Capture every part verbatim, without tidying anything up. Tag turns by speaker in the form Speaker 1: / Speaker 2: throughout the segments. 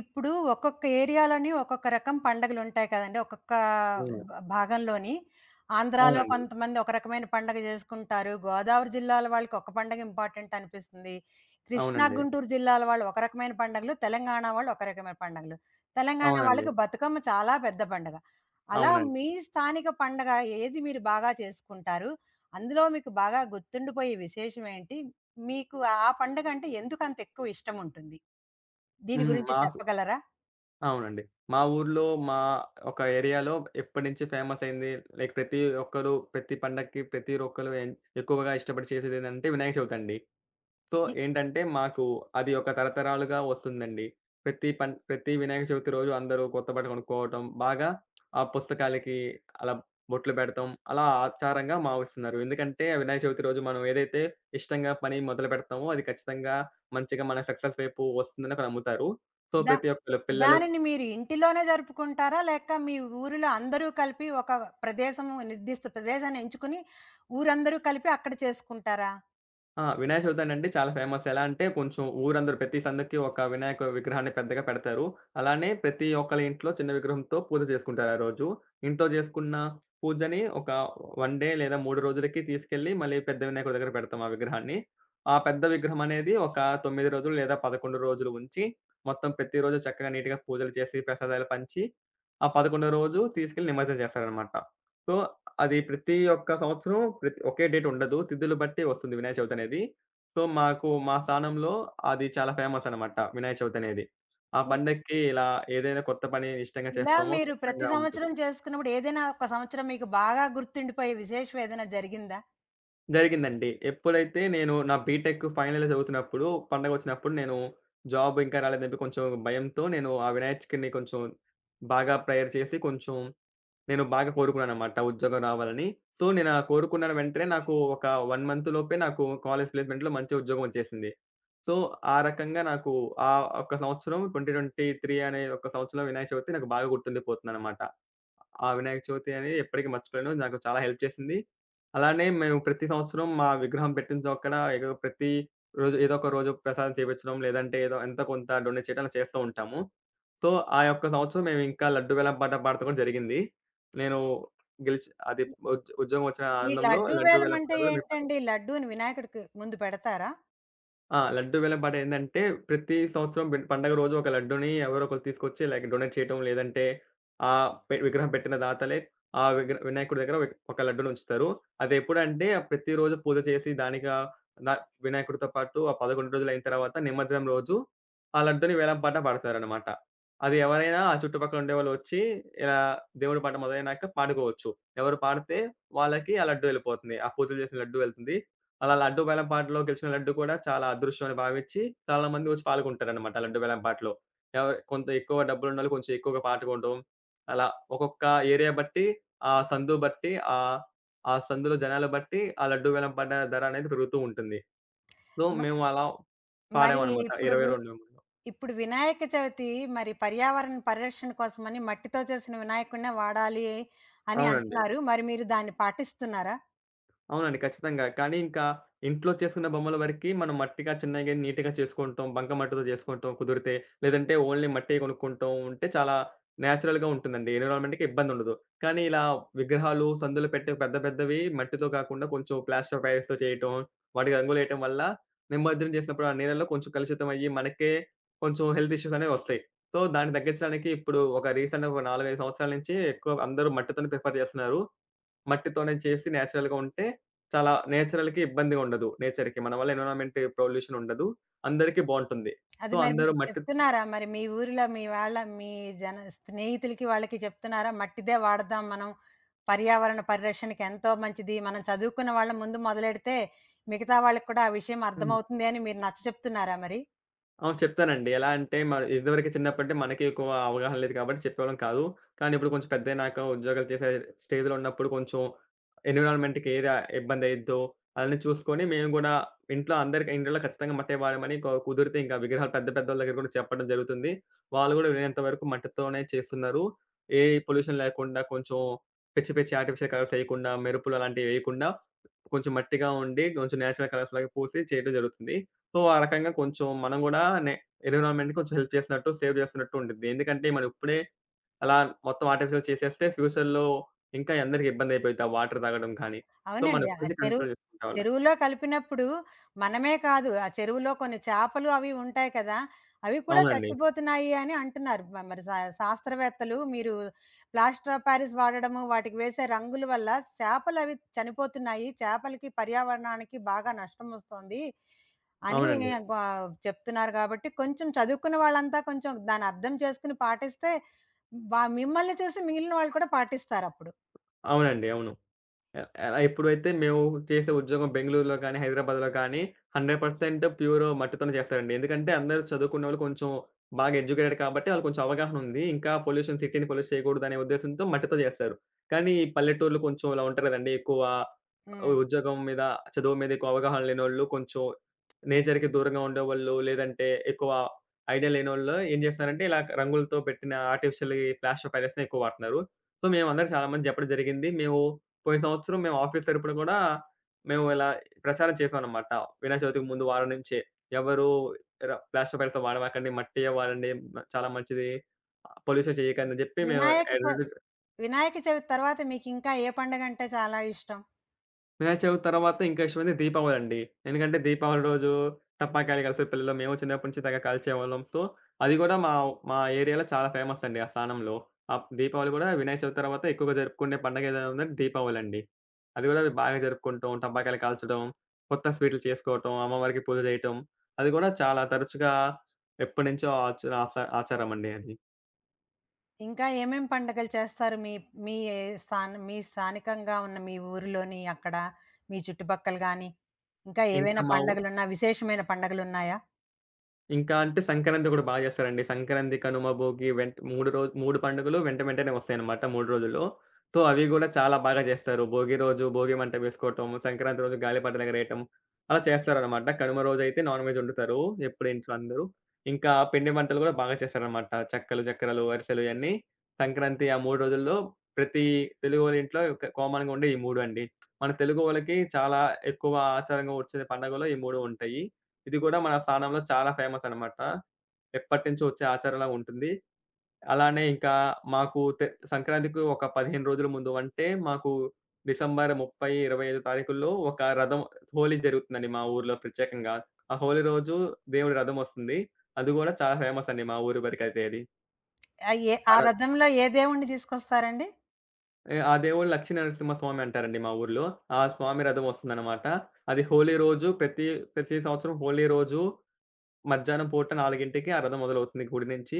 Speaker 1: ఇప్పుడు ఒక్కొక్క ఏరియాలోని ఒక్కొక్క రకం పండగలుంటాయి కదండీ. ఒక్కొక్క
Speaker 2: అవును.
Speaker 1: బ భాగంలోని. ఆంధ్రాలో అవును.
Speaker 2: అవునండి.
Speaker 1: కొంతమంది ఒక రకమైన పండగ జేసుకుంటారు. గోదావరి జిల్లాల వాళ్ళకి ఒక పండగ ఇంపార్టెంట్ అనిపిస్తుంది. కృష్ణా,
Speaker 2: అవునండి.
Speaker 1: గుంటూరు జిల్లాల వాళ్ళు ఒక రకమైన పండగలు. తెలంగాణ వాళ్ళు ఒక రకమైన పండగలు. తెలంగాణ
Speaker 2: అవునండి.
Speaker 1: వాళ్ళకి బతుకమ్మ చాలా పెద్ద పండగ. అలా
Speaker 2: అవునండి.
Speaker 1: మీ స్థానిక పండగ ఏది మీరు బాగా చేసుకుంటారు? అందులో మీకు బాగా గుర్తుండిపోయే విశేషం ఏంటి? మీకు ఆ పండగంటే ఎందుకంత ఎక్కువ ఇష్టముంటుంది? దీని
Speaker 2: హ్మ్.
Speaker 1: గురించి
Speaker 2: మాకు.
Speaker 1: చెప్పగలరా?
Speaker 2: అవునండి. మా ఊర్లో మా ఒక ఏరియాలో ఎప్పటినుంచి ఫేమస్ అయింది. లైక్ ప్రతి ఒక్కరు ప్రతి పండక్కి ప్రతి ఒక్కరు ఎన్ ఎక్కువగా ఇష్టపడి చేసేదేందంటే వినాయక చవితి అండి. సో,
Speaker 1: ఇ
Speaker 2: ఏంటంటే మాకు అది ఒక తరతరాలుగా వస్తుందండి. ప్రతి పన్ ప్రతి వినాయక చవితి రోజు అందరూ కొత్త బట్ట కొనుక్కోవటం, బాగా ఆ పుస్తకాలకి అలా బొట్లు పెడతాం. అలా ఆచారంగా మావిస్తున్నారు. ఎందుకంటే వినాయక చవితి రోజు మనం ఏదైతే ఇష్టంగా పని మొదలు పెడతామో అది ఖచ్చితంగా మంచిగా మన సక్సెస్ వైపు వస్తుందని అక్కడ నమ్ముతారు. సో,
Speaker 1: దా
Speaker 2: ప్రతి ఒక్కళ్ళు పిల్లలు.
Speaker 1: దానిని మీరు ఇంటిలోనే జరుపుకుంటారా? లేక మీ ఊరిలో అందరూ కలిపి ఒక ప్రదేశము నిర్దిష్ట ప్రదేశాన్ని ఎంచుకుని ఊరందరూ కలిపి అక్కడ చేసుకుంటారా?
Speaker 2: ఆ! వినాయక చవితి అనంటే చాలా ఫేమస్. ఎలా అంటే కొంచెం ఊరందరూ ప్రతి సందుకి ఒక వినాయక విగ్రహాన్ని పెద్దగా పెడతారు. అలానే ప్రతి ఒక్కళ్ళ ఇంట్లో చిన్న విగ్రహంతో పూజ చేసుకుంటారు ఆ రోజు. ఇంట్లో చేసుకున్న పూజని ఒక 1 డే లేదా మూడు రోజులకి తీసుకెళ్ళి మళ్ళీ పెద్ద వినాయకుడి దగ్గర పెడతాం ఆ విగ్రహాన్ని. ఆ పెద్ద విగ్రహం అనేది ఒక తొమ్మిది రోజులు లేదా పదకొండు రోజులు ఉంచి, మొత్తం ప్రతిరోజు చక్కగా నీట్‌గా పూజలు చేసి, ప్రసాదాలు పంచి, ఆ పదకొండో రోజు తీసుకెళ్ళి నిమజ్జనం చేస్తారనమాట. సో, అది ప్రతి ఒక్క సంవత్సరం ప్రతి ఒకే డేట్ ఉండదు. తిథులు బట్టి వస్తుంది వినాయక చవితి అనేది. సో, మాకు మా స్థానంలో అది చాలా ఫేమస్ అనమాట వినాయక చవితి అనేది. ఆ
Speaker 1: ఇ
Speaker 2: పండక్కి ఇలా ఏదైనా కొత్త పని ఇష్టంగా
Speaker 1: ఇలా
Speaker 2: చేస్తామో
Speaker 1: మీరు ప్రతి
Speaker 2: ఖచ్చితంగా ఉంటుంది.
Speaker 1: సంవత్సరం చేసుకున్నప్పుడు ఏదైనా ఒక సంవత్సరం మీకు బాగా గుర్తుండిపోయే విశేషం ఏదైనా జరిగిందా?
Speaker 2: జరిగిందండి. ఎప్పుడైతే నేను నా బీటెక్ ఫైనల్ ఇయర్ చదువుతున్నప్పుడు పండగ వచ్చినప్పుడు నేను జాబ్ ఇంకా రాలేదని చెప్పి కొంచెం భయంతో నేను ఆ వినాయకుడిని కొంచెం బాగా ప్రేయర్ చేసి కొంచెం నేను బాగా కోరుకున్నాననమాట ఉద్యోగం రావాలని. సో, నేను ఆ కోరుకున్న వెంటనే నాకు ఒక 1 మంత్ లోపే నాకు కాలేజ్ ప్లేస్‌మెంట్‌లో మంచి ఉద్యోగం వచ్చేసింది. సో, ఆ రకంగా నాకు ఆ ఒక్క సంవత్సరం రెండు వేల ఇరవై మూడు అనే ఒక సంవత్సరంలో వినాయక చవితి నాకు బాగా గుర్తుండిపోతుందనమాట. ఆ వినాయక చవితి అనేది ఎప్పటికి మర్చిపోలేను. నాకు చాలా హెల్ప్ చేసింది. అలానే మేము ప్రతి సంవత్సరం మా విగ్రహం పెట్టిన చోక్కన ఏదో ప్రతి రోజు ఏదో ఒక రోజు ప్రసాదం చేపించడం, లేదంటే ఏదో ఎంతో కొంత డొనేట్ చేయడం అలా చేస్తూ ఉంటాము. సో, ఆ యొక్క సంవత్సరం మేము ఇంకా లడ్డు వేలం పాట పాడటం కూడా జరిగింది. నేను గెలిచి అది
Speaker 1: ఇ
Speaker 2: ఉద్యో ఉద్యోగం వచ్చిన
Speaker 1: ఈ
Speaker 2: ఆనందంలో
Speaker 1: లడ్డూ
Speaker 2: లడ్డు
Speaker 1: వేలం
Speaker 2: వేలం
Speaker 1: అంటే
Speaker 2: పాట కూడా మేము.
Speaker 1: ఏంటండి? లడ్డూని వినాయకుడికి ముందు పెడతారా?
Speaker 2: ఆ! లడ్డూ వేలం పాటేందంటే, ప్రతి సంవత్సరం పె పండగ రోజు ఒక లడ్డూని ఎవరో ఒకళ్ళు తీసుకొచ్చి లైక్ డొనేట్ చేయటం, లేదంటే ఆహ్, పె విగ్రహం పెట్టిన దాతలే ఆ విగ్ర వినాయకుడి దగ్గర విగ్ ఒక లడ్డూనుంచుతారు. అదెప్పుడంటే ఆహ్, ప్రతిరోజు పూజ చేసి దానికా ద వినాయకుడితో పాటు ఆ పదకొండు రోజులయిన తర్వాత నిమజ్జనం రోజు ఆ లడ్డూని వేలం పాట పాడతారనమాట. అది ఎవరైనా ఆ చుట్టుపక్కల ఉండేవాళ్ళు వచ్చి ఇలా దేవుడి పాట మొదలైనాక పాడుకోవచ్చు. ఎవరు పాడితే వాళ్ళకి ఆ లడ్డూ యెళ్ళిపోతుంది. ఆ పూజలు చేసిన లడ్డూ వెళ్తుంది. అలా లడ్డూ బేలం పాటలో గెలిచిన లడ్డు కూడా చాలా అదృష్టం అని భావించి చాలా మంది వచ్చి పాల్గొంటారనమాట లడ్డూ బేలం పాటలో. ఎవరు కొంత ఎక్కువ డబ్బులున్నోళ్ళు కొంచెం ఎక్కువగా పాల్గొనడం. అలా ఒక్కొక్క ఏరియా బట్టి, ఆ సందు బట్టి, ఆహ్, ఆ సందులో జనాలు బట్టి ఆ లడ్డూ బేలం పాట ధర అనేది పెరుగుతూ ఉంటుంది. సో,
Speaker 1: మ
Speaker 2: మేము అలా
Speaker 1: మరి
Speaker 2: పాడామనమాట.
Speaker 1: ఇప్పుడు వి
Speaker 2: ఇరవై రెండు.
Speaker 1: ఇప్పుడు వినాయక చవితి మరి పర్యావరణ పరిరక్షణ కోసమని మట్టితో చేసిన వినాయకుడినే వాడాలి అని
Speaker 2: అవునండి.
Speaker 1: అంటున్నారు. మరి మీరు దాన్ని పాటిస్తున్నారా?
Speaker 2: అవునండి. ఖచ్చితంగా. కానీ ఇంకా ఇంట్లో చేసుకున్న బొమ్మల వరకి మనం మట్టిగా, చిన్నగా, నీట్‌గా చేసుకుంటాం. బంకమట్టితో చేసుకుంటాం కుదిరితే. లేదంటే ఓన్లీ మట్టియే కొనుక్కుంటాం ఉంటే చాలా నేచురల్‌గా ఉంటుందండి. ఎన్విరాన్మెంట్‌కి ఇబ్బందుండదు. కానీ ఇలా విగ్రహాలు, సందులు పెట్టే పెద్ద పెద్దవి మట్టితో కాకుండా కొంచెం ప్లాస్టర్ ఆఫ్ పారిస్‌తో చేయటం, వాటికి రంగులేయటం వల్ల నిమజ్జనం చేసినప్పుడు ఆ నీళ్ళలో కొంచెం కలుషితం అయ్యి మనకే కొంచెం హెల్త్ ఇష్యూస్ అనేవి వస్తాయి. సో, దాన్ని తగ్గించడానికి ఇప్పుడు ఒక రీసెంట్‌గా ఒక నాలుగు, ఐదు సంవత్సరాల నుంచి ఎక్కువ అందరూ మట్టితోనే ప్రిఫర్ చేస్తున్నారు. మట్టితోనే చేసి నేచురల్‌గా ఉంటే చాలా నేచురల్‌కి ఇబ్బందిగా ఉండదు. నేచర్‌కి మన వల్ల ఎన్విరాన్మెంట్ పొల్యూషన్ ఉండదు. అందరికీ బావుంటుంది.
Speaker 1: అది
Speaker 2: సో,
Speaker 1: మరి
Speaker 2: అందరూ
Speaker 1: మీరు
Speaker 2: మట్టి.
Speaker 1: చెప్తున్నారా? మరి మీ ఊరిలో మీ వాళ్ళ మీ జన స్నేహితులకి వాళ్ళకి చెప్తున్నారా? మట్టిదే వాడదాం మనం. పర్యావరణ పరిరక్షణకి ఎంతో మంచిది. మనం చదువుకున్న వాళ్ళం ముందు మొదలెడితే మిగతా వాళ్ళకి కూడా ఆ విషయం
Speaker 2: హ్మ్.
Speaker 1: అర్థమవుతుంది అని మీరు నచ్చచెప్తున్నారా మరి?
Speaker 2: ఆ! చెప్తానండి. ఎలా అంటే మ ఇదివరకు చిన్నప్పుడంటే మనకి ఎక్కువ అవగాహన లేదు కాబట్టి చెప్పేవాళ్ళం కాదు. కానీ ఇప్పుడు కొంచెం పెద్దయినాక ఉద్యోగాలు చేసే స్టేజ్‌లో ఉన్నప్పుడు కొంచెం ఎన్విరాన్మెంట్‌కి ఏది ఇబ్బందయిద్దో అన్నీ చూసుకొని మేము గూడా ఇంట్లో అందరికి ఇండ్లలో ఖచ్చితంగా మట్టే వాడమని కు కుదిరితే ఇంకా విగ్రహాలు పెద్ద పెద్దోళ్ళ దగ్గర కూడా చెప్పడం జరుగుతుంది. వాళ్ళు గూడా వీలైనంత వరకు మట్టితోనే చేస్తున్నారు. ఏ పొల్యూషన్ లేకుండా కొంచెం పిచ్చి పిచ్చి ఆర్టిఫిషియల్ కలర్స్ ఎయకుండా, మెరుపులు అలాంటివి ఎయకుండా కొంచెం మట్టిగా ఉండి, కొంచెం నేచురల్ కలర్స్ లాగా పూసి చేయడం జరుగుతుంది. సో, ఆ రకంగా కొంచెం మనం గూడా నే ఎన్విరాన్మెంట్‌ని కొంచెం హెల్ప్ చేసినట్టు, సేవ్ చేస్తున్నట్టు ఉండిద్ది. ఎందుకంటే, మనం ఇప్పుడే అలా మొత్తం ఆర్టిఫిషియల్ చేసేస్తే ఫ్యూచర్‌లో ఇంకా అందరికి ఇబ్బంది అయిపోయిద్ది. ఆ వాటర్ తాగడం కానీ. సో, మనం
Speaker 1: అవునండి.
Speaker 2: ఇప్పటి
Speaker 1: ఆ
Speaker 2: నుంచి
Speaker 1: చెరువు
Speaker 2: కంట్రోల్ చేసుకుంటే వల్ల.
Speaker 1: చెరువులో కలిపినప్పుడు మనమే కాదు, ఆ చెరువులో కొన్ని చేపలు అవి ఉంటాయి కదా! అవి కూడా
Speaker 2: అవునండి.
Speaker 1: చచ్చిపోతున్నాయి అని అంటున్నారు. మ మరి శా శాస్త్రవేత్తలు మీరు ప్లాస్టర్ ఆఫ్ పారిస్ వాడడము, వాటికి వేసే రంగుల వల్ల చేపలవి చనిపోతున్నాయి. చేపలకి, పర్యావరణానికి బాగా నష్టమొస్తోంది అని
Speaker 2: అవునండి.
Speaker 1: గొ చెప్తున్నారు కాబట్టి, కొంచెం చదువుకున్న వాళ్ళంతా కొంచెం దాన్ని అర్థం చేసుకొని పాటిస్తే బా మిమ్మల్ని చూసి మిగిలిన వాళ్ళు కూడా పాటిస్తారప్పుడు.
Speaker 2: అవునండి. అవును. అ అలా ఎప్పుడైతే మేము చేసే ఉద్యోగం బెంగుళూరులో కానీ, హైదరాబాద్‌లో కానీ నూరు శాతం ప్యూర్ మట్టితోనే చేస్తారండి. ఎందుకంటే అందరూ చదువుకున్నోళ్ళు కొంచెం బాగా ఎడ్యుకేటెడ్ కాబట్టి వాళ్ళకి కొంచెం అవగాహన ఉంది. ఇంకా పొల్యూషన్ సిటీని పొల్యూట్ చేయకూడదనే ఉద్దేశంతో మట్టితో చేస్తారు. కానీ ఈ పల్లెటూర్లు కొంచెం ఇలా ఉంటారు కదండీ! ఎక్కువ
Speaker 1: హ్మ్.
Speaker 2: ఉద్యోగం మీద, చదువు మీద ఎక్కువ అవగాహన లేనోళ్ళు, కొంచెం నేచర్‌కి దూరంగా ఉండేవాళ్ళు, లేదంటే ఎక్కువ ఐడియా లేనోళ్ళు ఏం చేస్తున్నారంటే ఇలా రంగులతో పెట్టిన ఆర్టిఫిషియల్ ఈ ప్లాస్టర్ పైరెట్స్‌ని ఎక్కువ వాడుతున్నారు. సో, మేమందరం చాలా మంది చెప్పడం జరిగింది. మేము పోయిన సంవత్సరం మేము ఆఫీస్ తరపున గూడా మేము ఇలా ప్రచారం చేసామనమాట. వినాయక చవితికి ముందు వారం నుంచే. ఎవరు ర ప్లాస్టర్ పైల్స్ వాడమాకండి, మట్టియే వాడండి. మ- చాలా మంచిది. పొల్యూషన్ చేయకండి అని జెప్పి మేము.
Speaker 1: వినాయక చ వినాయక చవితి తర్వాత మీకు ఇంకా ఏ పండగ అంటే చాలా ఇష్టం?
Speaker 2: వినాయక చవితి తర్వాత ఇంకా ఇష్టమైంది దీపావళండి. ఎందుకంటే దీపావళి రోజు టపాకాయలు కాల్చే పిల్లలు. మేము చిన్నప్పటి నుంచి తెగ కాల్చేవాళ్ళం. సో, అది గూడా మా మా ఏరియాలో చాలా ఫేమస్ అండి ఆ స్థానంలో. ఆహ్, దీపావళి గూడా వినాయక చవితి తర్వాత ఎక్కువగా జరుపుకునే పండగ ఏదైనా ఉందంటే దీపావళండి. అది గూడా బాగా జరుపుకుంటాం. టపాకాయలు కాల్చడం, కొత్త స్వీట్లు చేసుకోవటం, అమ్మవారికి పూజ చేయటం. అది గూడా చాలా తరచుగా ఎప్పటినుంచో ఆచ ఆస ఆచారం అండి అది.
Speaker 1: ఇంకా ఏమేం పండగలు చేస్తారు? మీ మీ ఏ స్థాన మీ స్థానికంగా ఉన్న మీ ఊరిలోని అక్కడ, మీ చుట్టుపక్కల గాని, ఇంకా
Speaker 2: ఇంకా
Speaker 1: ఏవైనా
Speaker 2: మా ఊ
Speaker 1: పండగలున్నా విశేషమైన పండగలున్నాయా?
Speaker 2: ఇంకా అంటే సంక్రాంతి గూడా బా జేస్తారండి. సంక్రాంతి, కనుమ, భోగి వెంట్ మూడు రోజు మూడు పండుగలు వెంట వెంటనే వస్తాయన్నమాట మూడు రోజుల్లో. సో, అవి గూడా చాలా బాగా జేస్తారు. భోగి రోజు భోగి మంట వేసుకోవటం, సంక్రాంతి రోజు గాలిపట ఎగరేయటం అలా చేస్తారన్నమాట. కనుమ రోజైతే నాన్ వెజ్ వండుతారు ఎప్పుడు ఇంట్లో అందరూ. ఇంకా పిండి వంటలు గూడా బాగా చేస్తారన్నమాట. చెక్కలు, జక్కరలు, అరిసెలు ఇయన్నీ సంక్రాంతి ఆ మూడు రోజుల్లో ప్రతి తెలుగోళ్ళ ఇంట్లో క కామన్‌గా ఉండే ఈ మూడు అండి. మన తెలుగు వాళ్ళకి చాలా ఎక్కువ ఆచారంగా వచ్చే పండగలు ఈ మూడు ఉంటాయి. ఇది గూడా మన స్థానంలో చాలా ఫేమస్ అనమాట. ఎప్పటినుంచో వచ్చే ఆచారంలా ఉంటుంది. అలానే ఇంకా మాకు తె సంక్రాంతికి ఒక పదిహేను రోజుల ముందు అంటే మాకు డిసెంబర్ ముప్ఫై, ఇరవై ఐదు తారీఖుల్లో ఒక రథం హోలీ జరుగుతుందండి మా ఊర్లో ప్రత్యేకంగా. ఆ హోలీ రోజు దేవుడి రథం వస్తుంది. అది గూడా చాలా ఫేమస్ అండి మా ఊరి వరకైతే అది.
Speaker 1: ఆహ్, ఏ ఆ
Speaker 2: ఆ రథ
Speaker 1: రథంలో ఏ దేవుడిని తీసుకొస్తారండి?
Speaker 2: ఆ దేవుడు లక్ష్మీ నరసింహస్వామి అంటారండి మా ఊర్లో. ఆ స్వామి రథం వస్తుందనమాట. అది హోలీ రోజు ప్రతి, ప్రతి సంవత్సరం హోలీ రోజు మధ్యాహ్నం పూట నాలుగింటికి ఆ రథం మొదలవుతుంది గుడి నుంచి.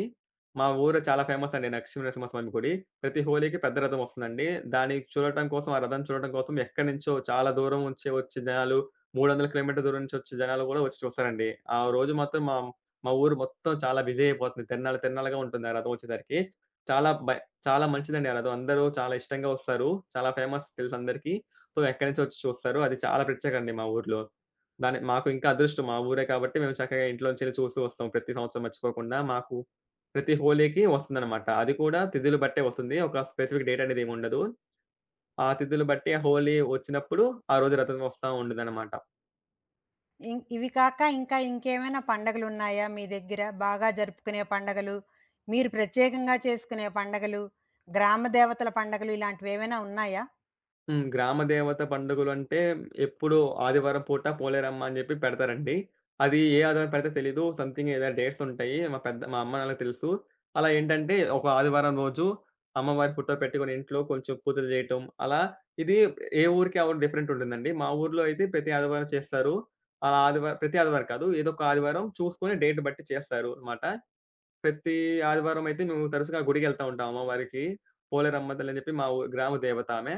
Speaker 2: మా ఊరు చాలా ఫేమస్ అండి నరసింహనరసింహస్వామి గుడి. ప్రతి హోలీకి పెద్ద రథం వస్తుందండి. దాన్ని చూడటం కోసం, ఆ రథం చూడటం కోసం ఎక్కడి నుంచో చాలా దూరం నుంచి వచ్చే జనాలు, మూడు వందల కిలోమీటర్ల దూరం నుంచి వచ్చే జనాలు కూడా వచ్చి చూస్తారండి. ఆ రోజు మాత్రం మా మా ఊరు మొత్తం చాలా బిజీ అయిపోతుంది. తిరనాల తిరనాలగా ఉంటుంది ఆ రథం వచ్చేసరికి. చాలా బై చాలా మంచిదండి ఆ రథం. అందరూ చాలా ఇష్టంగా వస్తారు. చాలా ఫేమస్ తెలుసందరికీ. సో, ఎక్కడి నుంచో వచ్చి చూస్తారు. అది చాలా ప్రత్యేకమండి మా ఊర్లో. దాని మాకు ఇంకా అదృష్టం మా ఊరే కాబట్టి మేము చక్కగా ఇంట్లో నుంచెల్లి చూస్తూ వస్తాం. ప్రతి సంవత్సరం మర్చిపోకుండా మాకు ప్రతి హోలీకి వస్తుందనమాట. అది కూడా తిథులు బట్టే వస్తుంది. ఒక స్పెసిఫిక్ డేట్ అనేది ఏముండదు. ఆ తిథులు బట్టి ఆ హోలీ వచ్చినప్పుడు ఆ రోజు రథం వస్తా ఉండుదనమాట.
Speaker 1: ఇం ఇవి కాక ఇంకా ఇంకేమైనా పండగలున్నాయా మీ దగ్గర? బాగా జరుపుకునే పండగలు, మీరు ప్రత్యేకంగా చేసుకునే పండగలు, గ్రామ దేవతల పండగలు ఇలాంటివేవైనా ఉన్నాయా?
Speaker 2: హ్మ్. గ్రామ దేవత పండుగలంటే ఎప్పుడో ఆదివారం పూట పోలేరమ్మ అని జెప్పి పెడతారండి. అది ఏ ఆదివారం పెడతారో తెలీదు. సంథింగ్ ఏదో డేట్స్ ఉంటాయి. మా పెద్ద మా అమ్మ, నాన్నకి తెలుసు. అలా ఏంటంటే ఒక ఆదివారం రోజు అమ్మవారి పుట్టో పెట్టుకొని ఇంట్లో కొంచెం పూజలు జేయటం. అలా ఇది ఏ ఊరికి ఆ ఊరు డిఫరెంట్ ఉంటుందండి. మా ఊర్లో అయితే ప్రతి ఆదివారం చేస్తారు. ఆ ఆదివారం ప్రతి ఆదివారం కాదు. ఏదో ఒక ఆదివారం చూసుకొని డేట్ బట్టి చేస్తారు మాట. ప్రతి ఆదివారం అయితే మేము తరచుగా గుడికెళ్తా ఉంటాం అమ్మవారికి. పోలేరమ్మ తల్లి అని చెప్పి మా ఊ గ్రామ దేవత ఆమె.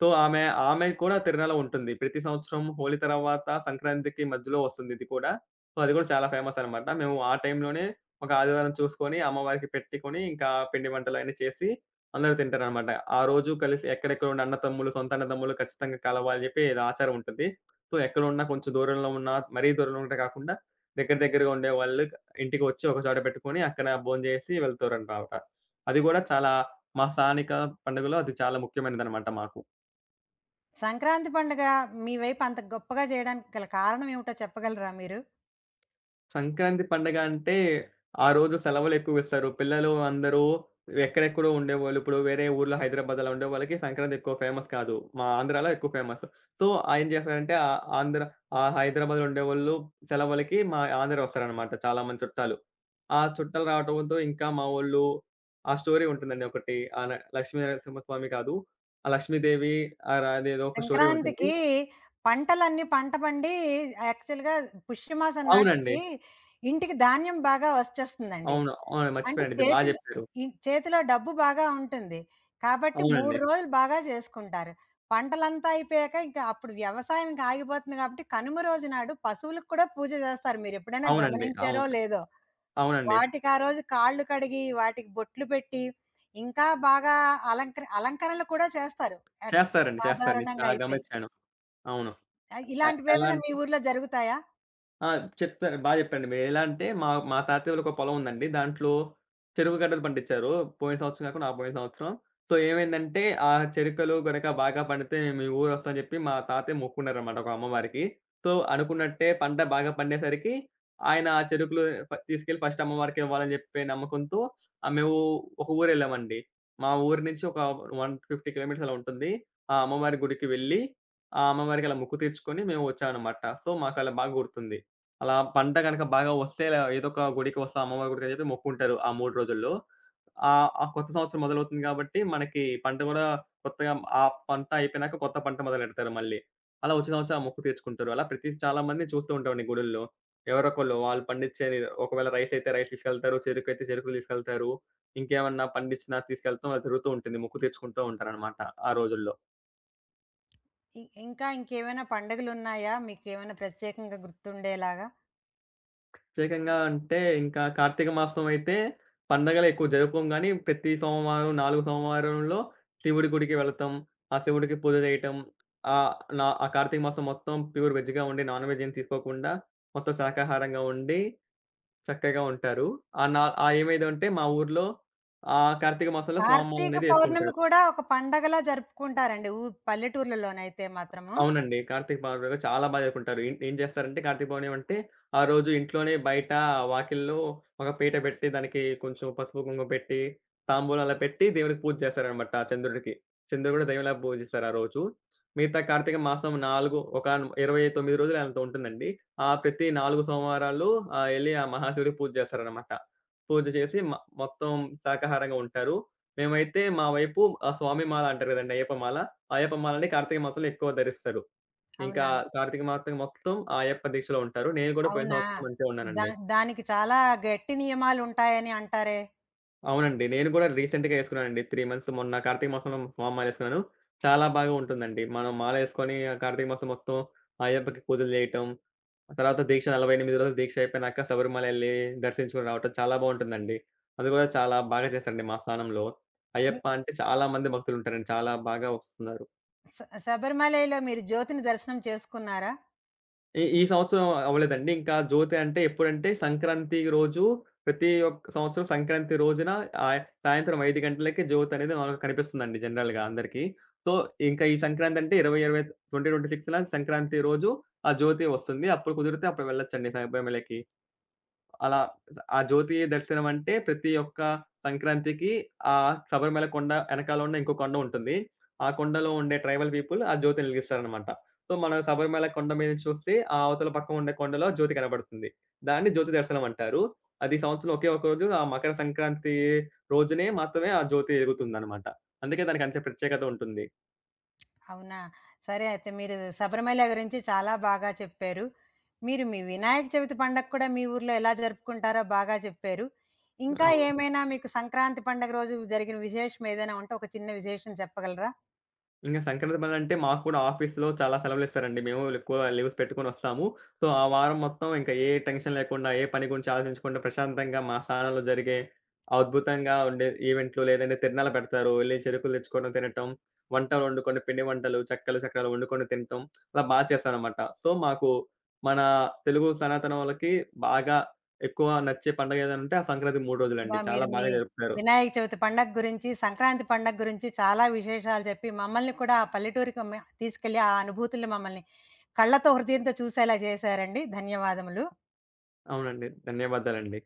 Speaker 2: సో, ఆమె ఆమె కూడా తిరునల ఉంటుంది. ప్రతి సంవత్సరం హోలీ తర్వాత సంక్రాంతికి మధ్యలో వస్తుంది ఇది కూడా. సో, అది కూడా చాలా ఫేమస్ అనమాట. మేము ఆ టైంలోనే ఒక ఆదివారం చూసుకొని అమ్మవారికి పెట్టుకొని ఇంకా పిండి వంటలన్నీ చేసి అందరూ తింటారనమాట. ఆ రోజు కలిసి ఎక్కడెక్కడ ఉన్న అన్నదమ్ములు, సొంత అన్నదమ్ములు ఖచ్చితంగా కలవాలి అని చెప్పి ఏదో ఆచారం ఉంటుంది. సో, ఎక్కడున్నా కొంచెం దూరంలో ఉన్న మరీ దూరంలో ఉంటే కాకుండా దగ్గర దగ్గరగా ఉండేవాళ్ళు ఇంటికి వచ్చి ఒక చోట పెట్టుకొని అక్కడ భోంచేసి వెళ్తారనమాట. అది గూడా చాలా మా స్థానిక పండుగలో అది చాలా ముఖ్యమైనదనమాట మాకు.
Speaker 1: సంక్రాంతి పండుగ మీ వైపు అంత గొప్పగా చేయడానికి గల కారణం ఏమిటో చెప్పగలరా మీరు?
Speaker 2: సంక్రాంతి పండగ అంటే, ఆ రోజు సెలవులెక్కువిస్తారు. పిల్లలు అందరూ ఎక్కడెక్కడో ఉండేవాళ్ళు. ఇప్పుడు వేరే ఊర్లో హైదరాబాద్ అలా ఉండేవాళ్ళకి సంక్రాంతి ఎక్కువ ఫేమస్ కాదు. మా ఆంధ్రాలో ఎక్కువ ఫేమస్. సో, ఆయన చేస్తారంటే ఆహ్, ఆంధ్ర ఆహ్, హైదరాబాద్‌లో ఉండేవోళ్ళు సెలవులకి మా ఆంధ్ర వస్తారనమాట చాలా మంది చుట్టాలు. ఆ చుట్టాలు రావటంతో ఇంకా మా వోళ్ళు ఆ స్టోరీ ఉంటుందండి ఒకటి. ఆ ల లక్ష్మీ నరసింహస్వామి కాదు. ఆ లక్ష్మీదేవి ఆహ్, ర అదేదో ఒక స్టోరీ ఉంటుంది.
Speaker 1: సంక్రాంతికి పంటలన్నీ పంట పండి యాక్చువల్‌గా పుష్యమాసం
Speaker 2: అవునండి.
Speaker 1: నాటికి ఇంటికి ధాన్యం బాగా వచ్చేస్తుందండి.
Speaker 2: అవును. అవును.
Speaker 1: అంటే
Speaker 2: మర్చిపోయాను. ఇది బా
Speaker 1: చేతిలో
Speaker 2: జెప్పారు.
Speaker 1: ఇ చేతిలో డబ్బు బాగా ఉంటుంది. కాబట్టి మూడు
Speaker 2: అవునండి.
Speaker 1: రోజులు బాగా చేసుకుంటారు. పంటలంతా అయిపోయాక ఇంక అప్పుడు వ్యవసాయం ఇంక ఆగిపోతుంది కాబట్టి కనుమ రోజు నాడు పశువులకు కూడా పూజ చేస్తారు. మీరెప్పుడైనా
Speaker 2: అవునండి.
Speaker 1: గమనించారో
Speaker 2: అవును.
Speaker 1: లేదో?
Speaker 2: అవునండి.
Speaker 1: వాటికి ఆ రోజు కాళ్ళు కడిగి, వాటికి బొట్లు పెట్టి, ఇంకా బాగా అలంకర అలంకరణలు కూడా చేస్తారు. ఎట్
Speaker 2: చేస్తారండి. చేస్తారు. నేను
Speaker 1: సాధారణంగా
Speaker 2: చాలా
Speaker 1: అయితే.
Speaker 2: గమనిచ్చాను. అవును.
Speaker 1: ఆహ్,
Speaker 2: ఎ ఎలా
Speaker 1: ఇలాంటివేమైనా
Speaker 2: అం
Speaker 1: మీ ఊర్లో జరుగుతాయా?
Speaker 2: ఆ! చెప్తాను. బా చెప్పారండి మీరు. ఎలా అంటే మా మా తాతయ్య వాళ్ళకి ఒక పొలం ఉందండి. దాంట్లో చెరుకు గడ్డలు పండించారు. పోయిన సంవత్సరం కాకుండా ఆ పోయిన సంవత్సరం. సో, ఏమైందంటే ఆ చెరుకులు గనక బాగా పండితే మేము మీ ఊరు వస్తామని చెప్పి మా తాతయ్య మొక్కుకున్నారనమాట ఒక అమ్మవారికి. సో, అనుకున్నట్టే పంట బాగా పండేసరికి ఆయన ఆ చెరుకులు ఫ తీసుకెళ్ళి ఫస్ట్ అమ్మవారికే ఇవ్వాలని చెప్పే నమ్మకంతో ఆహ్, మేము ఒక ఊరెళ్ళామండి. మా ఊరు నుంచి ఒక నూట యాభై కిలోమీటర్స్ అలా ఉంటుంది. ఆ అమ్మవారి గుడికి వెళ్ళి, ఆ అమ్మవారికి అలా మొక్కు తీర్చుకొని మేము వచ్చామనమాట. సో, మాకలా బాగా గుర్తుంది. అలా పంట గనక బాగా వస్తే ల ఏదో ఒక గుడికి వస్తా, అమ్మవారి గుడికి అని చెప్పి మొక్కుకుంటారు ఆ మూడు రోజుల్లో. ఆహ్, ఆ కొత్త సంవత్సరం మొదలవుతుంది కాబట్టి, మనకి పంట గూడా కొత్తగా ఆ పంట అయిపోయినాక కొత్త పంట మొదలెడతారు మళ్ళీ. అలా వచ్చే సంవత్సరం ఆ మొక్కు తీర్చుకుంటారు. అలా ప్రతి చాలా మందిని చూస్తూ ఉంటామండి గుడుల్లో. ఎవరొకళ్ళు వాళ్ళు పండించేది ఒకవేళ రైస్ అయితే రైస్ తీసుకెళ్తారు, చెరుకైతే చెరుకులు తీసుకెళ్తారు. ఇంకేమన్నా పండించినా తీసుకెళ్తాం. అలా జరుగుతూ ఉంటుంది. మొక్కు తీర్చుకుంటూ ఉంటారనమాట ఆ రోజుల్లో.
Speaker 1: ఇ ఇంకా ఇంకేమైనా పండుగలున్నాయా? మీకేమైనా ప్రత్యేకంగా గుర్తుండేలాగా?
Speaker 2: ప్రత్యేకంగా అంటే ఇంకా కార్తీక మాసం అయితే పండగలు ఎక్కువ జరుపుకోము గానీ, ప్రతి సోమవారం నాలుగు సోమవారంలో శివుడి గుడికి వెళతాం. ఆ శివుడికి పూజ చేయటం. ఆహ్, నా ఆ కార్తీక మాసం మొత్తం ప్యూర్ వెజ్‌గా ఉండి నాన్ వెజ్ ఏం తీసుకోకుండా మొత్తం శాకాహారంగా ఉండి చక్కగా ఉంటారు. ఆ! నా ఆ ఏమైందంటే మా ఊర్లో ఆ కార్తీక మాసంలో స్వామి
Speaker 1: కార్తీక
Speaker 2: మాలనేది
Speaker 1: పౌర్ణమి
Speaker 2: యేసుకుంటారు.
Speaker 1: కూడా ఒక పండగలా జరుపుకుంటారండి. ఊ పల్లెటూర్లలోనైతే మాత్రము.
Speaker 2: అవునండి. కార్తీక పౌర్ణమి రోజు చాలా బా జరుపుకుంటారు. ఏం ఏం చేస్తారంటే కార్తీక పౌర్ణమి అంటే, ఆ రోజు ఇంట్లోనే బయట వాకిలిలో ఒక పీట పెట్టి, దానికి కొంచెం పసుపు, కుంకుమ పెట్టి, తాంబూలాలు పెట్టి దేవుడికి పూజ చేస్తారనమాట చంద్రుడికి. చంద్రుడు కూడా దేవుడిలాగా పూజిస్తారు ఆ రోజు. మిగతా కార్తీక మాసం నాలుగు ఒక ఇరవై తొమ్మిది రోజులు ఎంతో ఉంటుందండి. ఆ ప్రతి నాలుగు సోమవారాలు ఆహ్, ఎళ్లి ఆ మహాశివుడికి పూజ చేస్తారనమాట. పూజ చేసి మ మొత్తం శాకాహారంగా ఉంటారు. మేమైతే మా వైపు ఆ స్వామి మాల అంటారు కదండీ! అయ్యప్ప మాల. అయ్యప్పమాలని కార్తీక మాసంలో ఎక్కువ ధరిస్తారు. ఇంకా
Speaker 1: అవునా?
Speaker 2: కార్తీక మాసం మొత్తం ఆ అయ్యప్ప దీక్షలో ఉంటారు. నేను కూడా పోయిన
Speaker 1: అవునా?
Speaker 2: సంవత్సరం అంతే
Speaker 1: దా
Speaker 2: ఉన్నానండి.
Speaker 1: దానికి చాలా గట్టి నియమాలుంటాయని అంటారే!
Speaker 2: అవునండి. నేను కూడా రీసెంట్‌గా ఏసుకున్నానండి. మూడు మంత్స్ మొన్న కార్తీక మాసంలో మామలేసుకున్నాను. చాలా బాగా ఉంటుందండి. మనం మాలేసుకొని ఆ కార్తీక మాసం మొత్తం ఆ అయ్యప్పకి పూజలు జేయటం, ఆ తర్వాత దీక్ష నలభై ఎనిమిది రోజులు దీక్ష అయిపోయినాక శబరిమల ఎళ్లి దర్శించుకొని రావటం చాలా బావుంటుందండి. అది కూడా చాలా బాగా చేశారండి మా స్థానంలో.
Speaker 1: మీ
Speaker 2: అయ్యప్ప అంటే చాలా మంది భక్తులుంటారండి. చాలా బాగా వస్తున్నారు.
Speaker 1: శబరిమలలో మీరు జ్యోతిని దర్శనం చేసుకున్నారా?
Speaker 2: ఈ ఈ సంవత్సరం అవ్వలేదండి. ఇంకా జ్యోతి అంటే ఎప్పుడంటే సంక్రాంతి రోజు ప్రతి ఒక్క సంవత్సరం సంక్రాంతి రోజున ఆహ్, సాయంత్రం ఐదు గంటలకి జ్యోతనేది మనకు కనిపిస్తుందండి జనరల్‌గా అందరికీ. సో, ఇంకా ఈ సంక్రాంతి అంటే ఇరవై, ఇరవై 2026న సంక్రాంతి రోజు ఆ జ్యోతి వస్తుంది. అప్పుడు కుదిరితే అప్పుడు వెళ్ళొచ్చండి శబరిమలకి. అలా ఆ జ్యోతి దర్శనం అంటే ప్రతి ఒక్క సంక్రాంతికి ఆ శబరిమల కొండ ఎనకాల ఉన్న ఇంకో కొండ ఉంటుంది. ఆ కొండలో ఉండే ట్రైబల్ పీపుల్ ఆ జ్యోతిని వెలిగిస్తారనమాట. సో, మనం శబరిమల కొండ మీద నుంచి చూస్తే ఆ అవతల పక్క ఉండే కొండలో జ్యోతి కనబడుతుంది. దాన్ని జ్యోతి దర్శనం అంటారు. అది సంవత్సరంలో ఒకే ఒక రోజు ఆ మకర సంక్రాంతి రోజునే మాత్రమే ఆ జ్యోతి ఎలుగుతుందనమాట. అందుకే దానికంత ప్రత్యేకత ఉంటుంది.
Speaker 1: అవునా! సరే అయితే మీరు శబరిమల గురించి చాలా బాగా చెప్పారు. మీరు మీ వినాయక చవితి పండగ కూడా మీ ఊర్లో ఎలా జరుపుకుంటారో బాగా చెప్పారు. ఇంకా
Speaker 2: అవును.
Speaker 1: ఏమైనా మీకు సంక్రాంతి పండగ రోజు జరిగిన విశేషం ఏదైనా ఉంటే ఒక చిన్న విశేషం చెప్పగలరా?
Speaker 2: ఇంక సంక్రాంతి పండగంటే మాకు కూడా ఆఫీస్‌లో చాలా సెలవులిస్తారండి. మేము ఎక్కువ లీవ్స్ పెట్టుకొనొస్తాము. సో, ఆ వారం మొత్తం ఇంకా ఏ టెన్షన్ లేకుండా, ఏ పని గురించి ఆలోచించకుండా ప్రశాంతంగా మా స్థానంలో జరిగే అద్భుతంగా ఉండే ఈవెంట్లు లేదంటే తిరణాలు పెడతారు. వెళ్లి చెరుకులు తెచ్చుకోవడం, తినటం, వంటలు వండుకొని, పిండి వంటలు, చెక్కలు, చక్రాలు వండుకొని తినటం అలా బా చేస్తారనమాట. సో, మాకు మన తెలుగు సనాతనోళ్ళకి బాగా ఎక్కువ నచ్చే పండగ ఏదైనా ఉంటే ఆ సంక్రాంతి మూడు
Speaker 1: అబ్బా!
Speaker 2: రోజులండి. చాలా
Speaker 1: మీరు మీ
Speaker 2: బాగా జరుపుతారు.
Speaker 1: వినాయక చవితి పండగ గురించి, సంక్రాంతి పండగ గురించి చాలా విశేషాలు చెప్పి మమ్మల్ని కూడా ఆ పల్లెటూరికి మ తీసుకెళ్ళి ఆ అనుభూతులు మమ్మల్ని కళ్ళతో, హృదయంతో చూసేలా చేశారండి. ధన్యవాదములు.
Speaker 2: అవునండి. ధన్యవాదాలండి.